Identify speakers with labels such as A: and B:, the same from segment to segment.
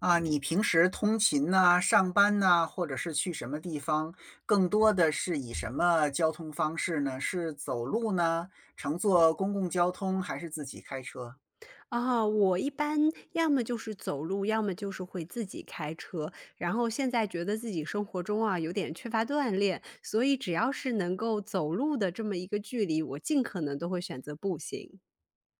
A: 啊，你平时通勤呐、上班呐、或者是去什么地方，更多的是以什么交通方式呢？是走路呢，乘坐公共交通，还是自己开车？
B: 啊，我一般要么就是走路，要么就是会自己开车。然后现在觉得自己生活中啊有点缺乏锻炼，所以只要是能够走路的这么一个距离，我尽可能都会选择步行。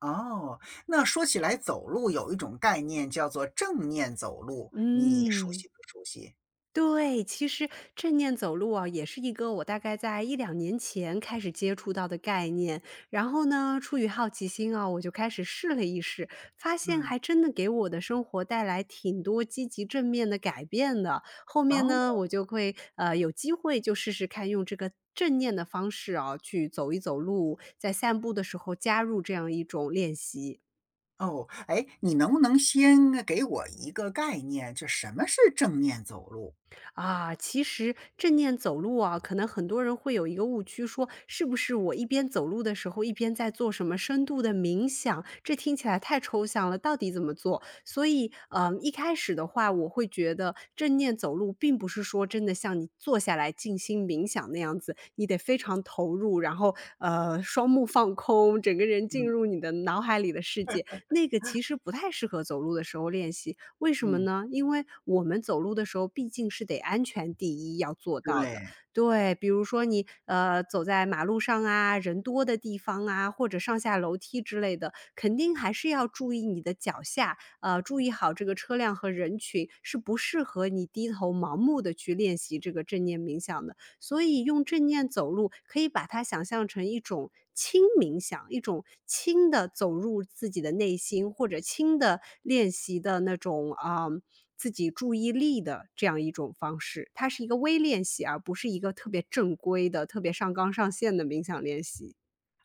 A: 哦，那说起来走路有一种概念叫做正念走路，你熟
B: 嗯。
A: 悉不熟悉？
B: 对，其实正念走路啊，也是一个我大概在一两年前开始接触到的概念。然后呢，出于好奇心啊，我就开始试了一试，发现
A: 嗯，
B: 还真的给我的生活带来挺多积极正面的改变的。后
A: 哦
B: 面呢，我就会，有机会就试试看用这个正念的方式啊，去走一走路，在散步的时候加入这样一种练习。
A: 哦，哎，你能不能先给我一个概念，就什么是正念走路？
B: 啊，其实正念走路啊，可能很多人会有一个误区，说是不是我一边走路的时候一边在做什么深度的冥想？这听起来太抽象了，到底怎么做？所以，一开始的话，我会觉得正念走路并不是说真的像你坐下来静心冥想那样子，你得非常投入，然后双目放空，整个人进
A: 嗯
B: 入你的脑海里的世界。那个其实不太适合走路的时候练习。为什么
A: 嗯，
B: 呢？因为我们走路的时候毕竟是得安全第一要做到的。
A: 对。
B: 对，比如说你走在马路上啊，人多的地方啊，或者上下楼梯之类的，肯定还是要注意你的脚下，注意好这个车辆和人群，是不适合你低头盲目的去练习这个正念冥想的。所以用正念走路，可以把它想象成一种轻冥想，一种轻的走入自己的内心，或者轻的练习的那种，自己注意力的这样一种方式。它是一个微练习啊，而不是一个特别正规的、特别上纲上线的冥想练习。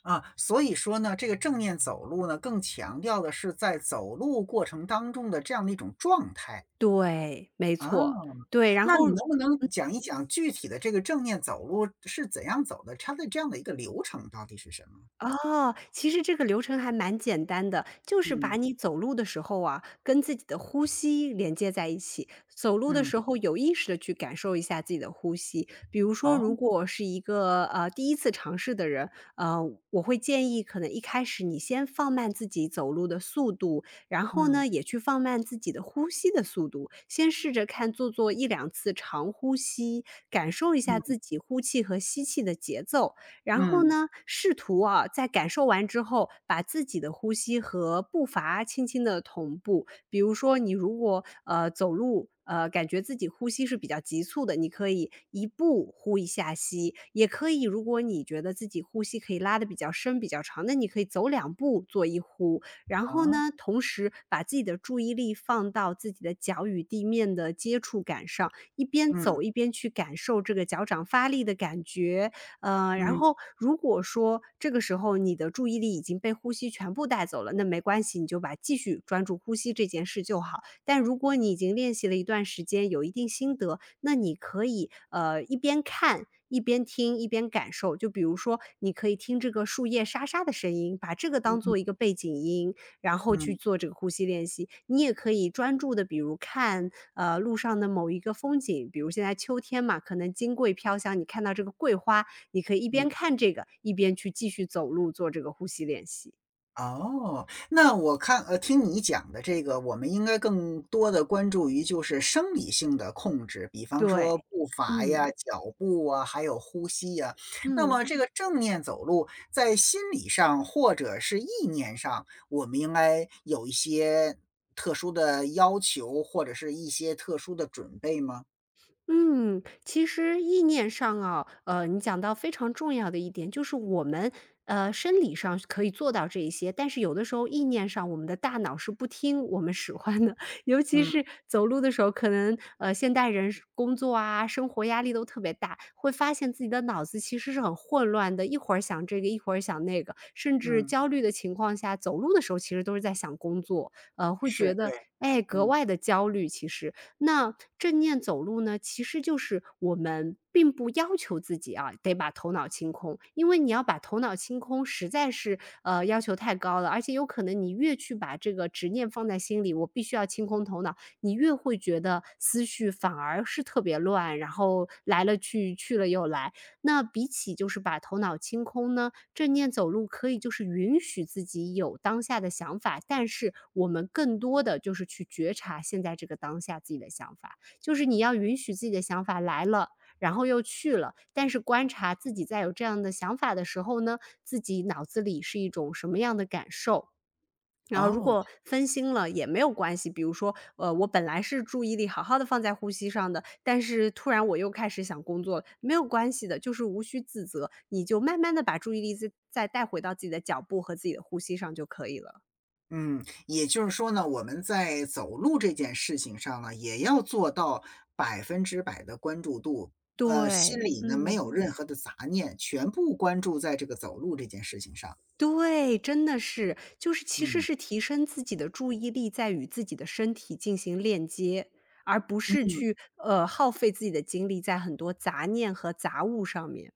A: 啊，所以说呢，这个正念走路呢，更强调的是在走路过程当中的这样的一种状态。
B: 对，没
A: 啊，
B: 错，对，然
A: 那
B: 后
A: 你能不能讲一讲具体的这个正念走路是怎样走的？它的这样的一个流程到底是什么？
B: 哦，其实这个流程还蛮简单的，就是把
A: 嗯，
B: 你走路的时候啊，跟自己的呼吸连接在一起。走路的
A: 嗯，
B: 时候有意识的去感受一下自己的呼吸。比如说，
A: 哦，
B: 如果是一个第一次尝试的人，呃，我会建议可能一开始你先放慢自己走路的速度，然后
A: 嗯，
B: 呢也去放慢自己的呼吸的速度，先试着看做做一两次长呼吸，感受一下
A: 嗯，
B: 自己呼气和吸气的节奏。然后
A: 嗯，
B: 呢，试图啊，在感受完之后，把自己的呼吸和步伐轻轻的同步。比如说，你如果走路，感觉自己呼吸是比较急促的，你可以一步呼一下吸，也可以，如果你觉得自己呼吸可以拉的比较深、比较长，那你可以走两步做一呼。然后
A: 啊，
B: 呢，同时把自己的注意力放到自己的脚与地面的接触感上，一边
A: 嗯，
B: 走一边去感受这个脚掌发力的感觉，然
A: 嗯，
B: 后如果说这个时候你的注意力已经被呼吸全部带走了，那没关系，你就把继续专注呼吸这件事就好。但如果你已经练习了一段时间，有一定心得，那你可以一边看，一边听一边感受，就比如说，你可以听这个树叶沙沙的声音，把这个当做一个背景音，然后
A: 嗯，
B: 去
A: 嗯
B: 做这个呼吸练习。你也可以专注的，比如看路上的某一个风景，比如现在秋天嘛，可能金桂飘香，你看到这个桂花，你可以一边
A: 嗯。
B: 看这个，一边去继续走路做这个呼吸练习。
A: 哦，那我看听你讲的这个，我们应该更多的关注于就是生理性的控制，比方
B: 对，
A: 说步伐呀、
B: 嗯，
A: 脚步啊，还有呼吸呀。那
B: 嗯。
A: 么这个正念走路，在心理上或者是意念上，我们应该有一些特殊的要求，或者是一些特殊的准备吗？
B: 嗯，其实意念上啊，你讲到非常重要的一点，就是我们生理上可以做到这一些，但是有的时候意念上，我们的大脑是不听我们使唤的，尤其
A: 嗯
B: 是走路的时候，可能现代人是工作啊、生活压力都特别大，会发现自己的脑子其实是很混乱的，一会儿想这个，一会儿想那个，甚至
A: 嗯，
B: 焦虑的情况下，走路的时候其实都是在想工作，会觉
A: 是，
B: 得
A: 对，
B: 哎格
A: 嗯，
B: 外的焦虑，其实。那正念走路呢，其实就是我们并不要求自己啊，得把头脑清空，因为你要把头脑清空，实在是要求太高了，而且有可能你越去把这个执念放在心里，我必须要清空头脑，你越会觉得思绪反而是特别乱，然后来了去，去了又来。那比起就是把头脑清空呢，正念走路可以就是允许自己有当下的想法，但是我们更多的就是去觉察现在这个当下自己的想法，就是你要允许自己的想法来了。然后又去了，但是观察自己在有这样的想法的时候呢，自己脑子里是一种什么样的感受？然后如
A: 哦。
B: 果分心了也没有关系，比如说，我本来是注意力好好的放在呼吸上的，但是突然我又开始想工作了，没有关系的，就是无需自责，你就慢慢的把注意力再带回到自己的脚步和自己的呼吸上就可以了。
A: 嗯，也就是说呢，我们在走路这件事情上呢，也要做到百分之百的关注度，呃，心
B: 对，
A: 里呢，没
B: 嗯，
A: 有任何的杂念，全部关注在这个走路这件事情上，
B: 对，真的是，就是其实
A: 嗯。
B: 是提升自己的注意力，在与自己的身体进行链接，而不是去，耗费自己的精力在很多杂念和杂物上面。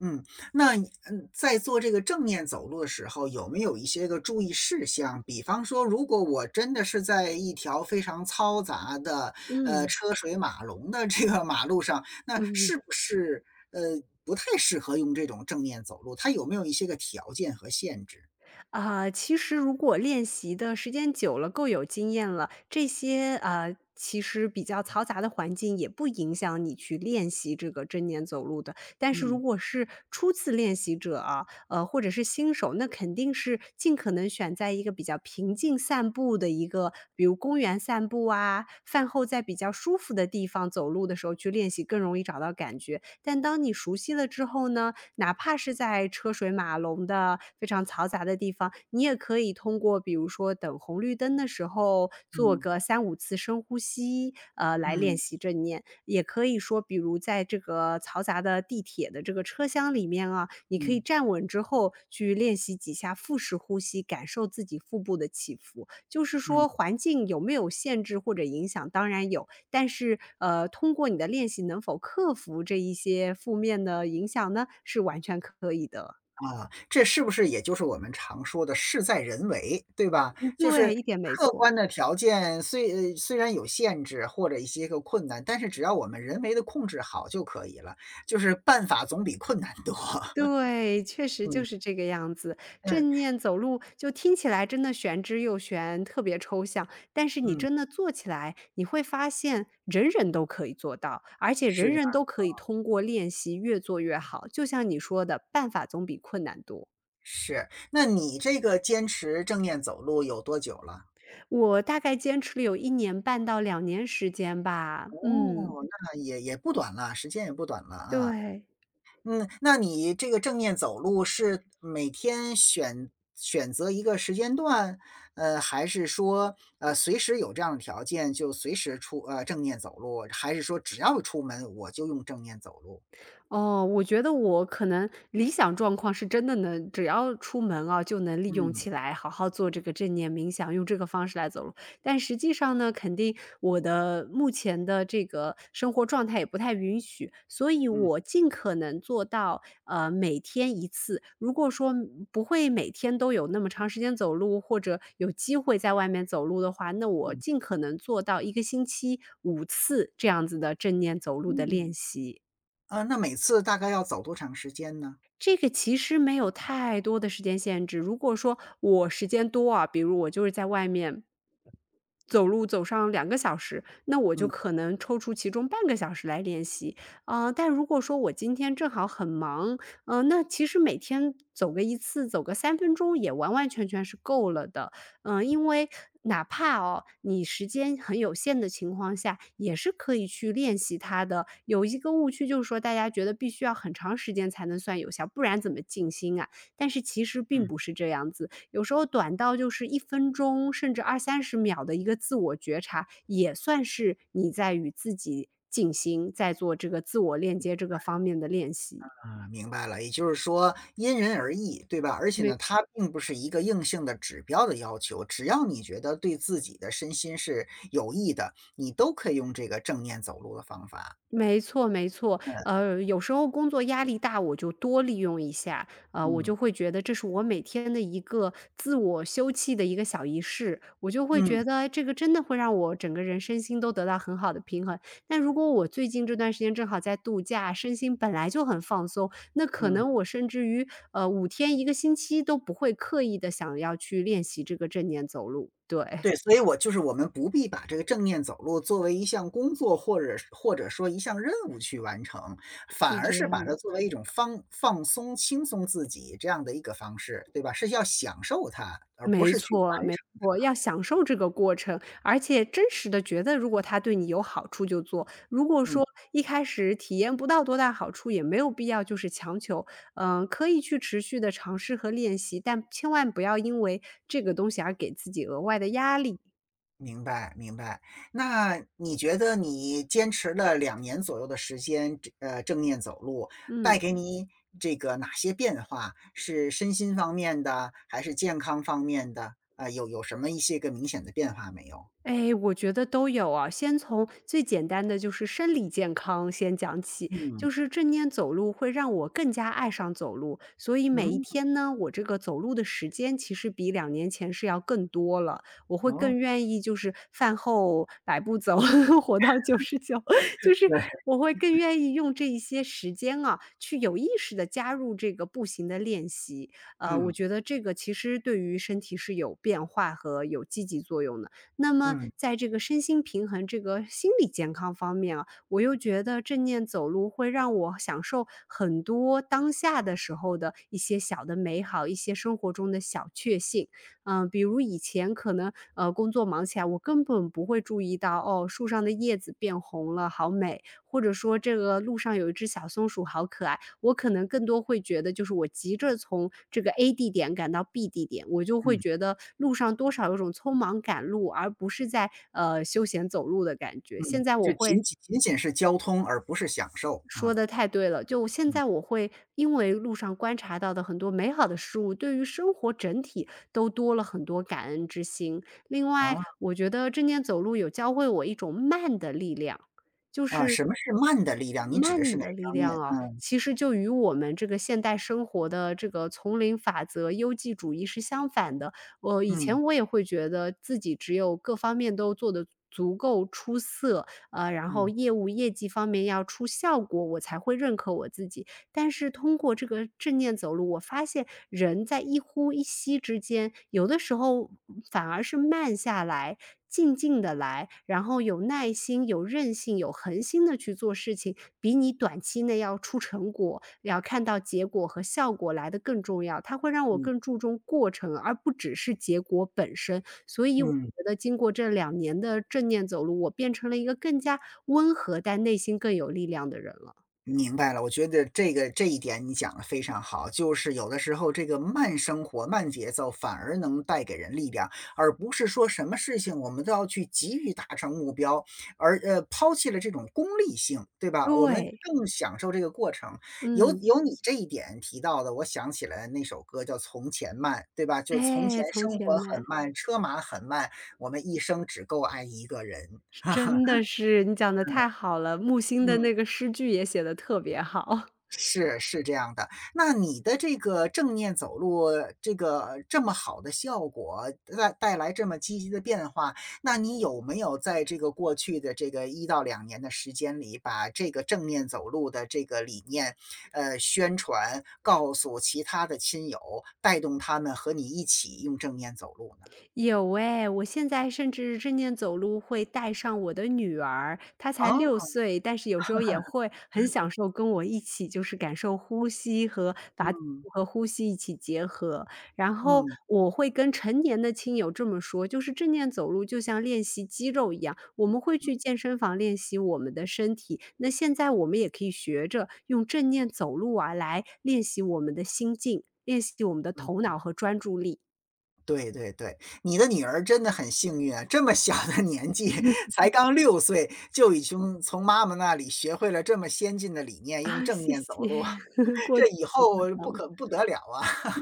A: 嗯，那你嗯，在做这个正面走路的时候，有没有一些个注意事项？比方说，如果我真的是在一条非常嘈杂的，呃，
B: 嗯，
A: 车水马龙的这个马路上，那
B: 嗯。
A: 是不是呃不太适合用这种正面走路？它有没有一些个条件和限制？
B: 啊，其实如果练习的时间久了，够有经验了，这些啊，其实比较嘈杂的环境也不影响你去练习这个正念走路的。但是如
A: 嗯
B: 果是初次练习者啊，或者是新手，那肯定是尽可能选在一个比较平静散步的一个，比如公园散步啊，饭后在比较舒服的地方走路的时候去练习，更容易找到感觉。但当你熟悉了之后呢，哪怕是在车水马龙的非常嘈杂的地方，你也可以通过比如说等红绿灯的时候做
A: 嗯
B: 个三五次深呼吸，来练
A: 嗯
B: 习正念。也可以说比如在这个嘈杂的地铁的这个车厢里面啊，你可以
A: 嗯
B: 站稳之后去练习几下腹式呼吸，感受自己腹部的起伏。就是
A: 嗯。
B: 说环境有没有限制或者影响，当然有，但是，通过你的练习能否克服这一些负面的影响呢？是完全可以的。
A: 啊，这是不是也就是我们常说的事在人为，对吧？
B: 嗯，
A: 就是
B: 对，一点没
A: 客
B: 错。
A: 观的条件虽然有限制或者一些个困难，但是只要我们人为的控制好就可以了，就是办法总比困难多。
B: 对，确实
A: 嗯，
B: 就是这个样子。
A: 嗯，
B: 正念走路就听起来真的玄之又玄，特别抽象，但是你
A: 嗯，
B: 真的做起来，你会发现人人都可以做到，而且
A: 是
B: 人
A: 的，
B: 人都可以通过练习越做越好。就像你说的，办法总比困难多。
A: 是。那你这个坚持正念走路有多久了？
B: 我大概坚持了有一年半到两年时间吧，
A: 哦，
B: 嗯。
A: 那也不短了，时间也不短了啊。
B: 对，
A: 嗯，那你这个正念走路是每天选择一个时间段，呃，还是说，呃，随时有这样的条件就随时出呃，正念走路，还是说只要出门我就用正念走路？
B: 哦，我觉得我可能理想状况是真的能只要出门啊，就能利用
A: 嗯，
B: 起来，好好做这个正念冥想，用这个方式来走路。但实际上呢，肯定我的目前的这个生活状态也不太允许，所以
A: 嗯，
B: 我尽可能做到，每天一次。如果说不会每天都有那么长时间走路，或者有机会在外面走路的话，那我
A: 嗯，
B: 尽可能做到一个星期五次这样子的正念走路的练
A: 嗯，
B: 习。
A: 啊，那每次大概要走多长时间呢？
B: 这个其实没有太多的时间限制。如果说我时间多啊，比如我就是在外面走路走上2个小时，那我就
A: 嗯。
B: 可能抽出其中半个小时来练习。啊，但如果说我今天正好很忙，那其实每天走个一次，走个3分钟也完完全全是够了的。因为哪怕哦，你时间很有限的情况下，也是可以去练习它的。有一个误区就是说，大家觉得必须要很长时间才能算有效，不然怎么静心啊？但是其实并
A: 嗯。
B: 不是这样子，有时候短到就是1分钟，甚至二三十秒的一个自我觉察，也算是你在与自己静心，在做这个自我链接这个方面的练习。
A: 啊，明白了，也就是说因人而异，对吧？而且呢，它并不是一个硬性的指标的要求，只要你觉得对自己的身心是有益的，你都可以用这个正念走路的方法。
B: 没错没错，有时候工作压力大，我就多利用一下，我
A: 嗯，
B: 就会觉得这是我每天的一个自我休憩的一个小仪式，我就会
A: 嗯，
B: 觉得哎这个真的会让我整个人身心都得到很好的平衡。但如果我最近这段时间正好在度假，身心本来就很放松，那可
A: 嗯，
B: 能我甚至于5天一个星期都不会刻意的想要去练习这个正念走路，对，
A: 对，所以我就是我们不必把这个正念走路作为一项工作，或者是或者说一项任务去完成，反
B: 是
A: 而
B: 这
A: 是把
B: 样
A: 它
B: 的。
A: 作为一种放松、轻松自己这样的一个方式，对吧？是要享受它，而不
B: 没
A: 是去
B: 错
A: 完
B: 没
A: 成。
B: 错，要享受这个过程，而且真实的觉得如果它对你有好处就做，如果
A: 嗯。
B: 说一开始体验不到多大好处，也没有必要就是强求。嗯，可以去持续的尝试和练习，但千万不要因为这个东西而给自己额外的压力，
A: 明白明白。那你觉得你坚持了两年左右的时间，正念走路，带
B: 嗯。
A: 给你这个哪些变化？是身心方面的，还是健康方面的？啊，有什么一些个明显的变化没有？
B: 哎，我觉得都有啊。先从最简单的就是生理健康先讲起，
A: 嗯，
B: 就是正念走路会让我更加爱上走路，所以每一
A: 嗯，
B: 天呢，我这个走路的时间其实比2年前是要更多了。我会
A: 哦，
B: 更愿意就是饭后百步走，活到九十九。就是
A: 对，
B: 我会更愿意用这一些时间啊，去有意识的加入这个步行的练习。我
A: 嗯，
B: 觉得这个其实对于身体是有变化和有积极作用的。那么
A: 嗯，
B: 在这个身心平衡、这个心理健康方面啊，我又觉得正念走路会让我享受很多当下的时候的一些小的美好，一些生活中的小确幸。比如以前可能工作忙起来，我根本不会注意到哦，树上的叶子变红了，好美。或者说这个路上有一只小松鼠好可爱，我可能更多会觉得就是我急着从这个 A 地点赶到 B 地点，我就会
A: 嗯，
B: 觉得路上多少有种匆忙赶路，而不是在休闲走路的感觉。现
A: 嗯，
B: 在
A: 就
B: 我
A: 仅
B: 会
A: 仅仅仅是交通而不是享受，
B: 说
A: 啊，
B: 的太对了，就现
A: 嗯，
B: 在我会因为路上观察到的很多美好的事物，对于生活整体都多了很多感恩之心。另
A: 啊，
B: 外，我觉得正念走路有教会我一种慢的力量，就
A: 啊，
B: 是
A: 什么是慢的力量？你指的是
B: 慢
A: 哪
B: 的力
A: 方面？
B: 量啊，
A: 嗯，
B: 其实就与我们这个现代生活的这个丛林法则、优绩主义是相反的。我以
A: 嗯，
B: 前我也会觉得自己只有各方面都做得足够出色，然后
A: 嗯，
B: 业务业绩方面要出效果，我才会认可我自己。但是通过这个正念走路，我发现人在一呼一吸之间，有的时候反而是慢下来。静静的来，然后有耐心、有韧性、有恒心的去做事情，比你短期内要出成果、要看到结果和效果来的更重要。它会让我
A: 嗯，
B: 更注重过程，而不只是结果本身。所以我
A: 嗯。
B: 觉得经过这两年的正念走路，我变成了一个更加温和，但内心更有力量的人了。
A: 明白了，我觉得这个这一点你讲的非常好，就是有的时候这个慢生活、慢节奏反而能带给人力量，而不是说什么事情我们都要去急于达成目标，而抛弃了这种功利性，对吧？我们
B: 对。
A: 更享受这个过程。有
B: 嗯，
A: 有你这一点提到的，我想起来那首歌叫《从前慢》，对吧？就从
B: 哎，
A: 前
B: 从
A: 生
B: 前
A: 活很
B: 慢，
A: 慢，车马很慢，我们一生只够爱一个人。
B: 是真的是，你讲的太好了，木心的
A: 嗯。
B: 那个诗句也写的特别好。
A: 是是这样的，那你的这个正念走路，这个这么好的效果，带来这么积极的变化，那你有没有在这个过去的这个一到两年的时间里，把这个正念走路的这个理念，呃，宣传，告诉其他的亲友，带动他们和你一起用正念走路呢？
B: 有诶，我现在甚至正念走路会带上我的女儿，她才六
A: 哦，
B: 岁，但是有时候也会很享受跟我一起就是感受呼吸和把
A: 嗯，
B: 和呼吸一起结合。然后
A: 嗯，嗯。
B: 我会跟成年的亲友这么说，就是正念走路就像练习肌肉一样，我们会去健身房练习我们的身体，那现在我们也可以学着用正念走路啊，来练习我们的心境，练习我们的头脑和专注力。
A: 对对对，你的女儿真的很幸运啊，这么小的 年纪，才刚六岁，就已经从妈妈那里学会了这么先进的理念，用
B: 啊，
A: 正
B: 谢
A: 念走
B: 谢，
A: 路，
B: 过
A: 这
B: 奖
A: 以
B: 了过
A: 后不
B: 奖了。
A: 可不得了啊。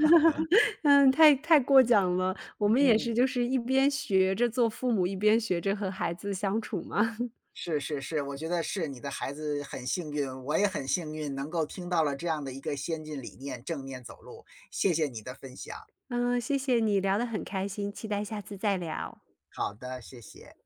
B: 嗯，太过奖了，我们也
A: 嗯，
B: 是就是一边学着做父母，一边学着和孩子相处嘛。
A: 是是是，我觉得是你的孩子很幸运，我也很幸运能够听到了这样的一个先进理念，正念走路，谢谢你的分享。
B: 嗯，谢谢你聊得很开心，期待下次再聊。
A: 好的，谢谢。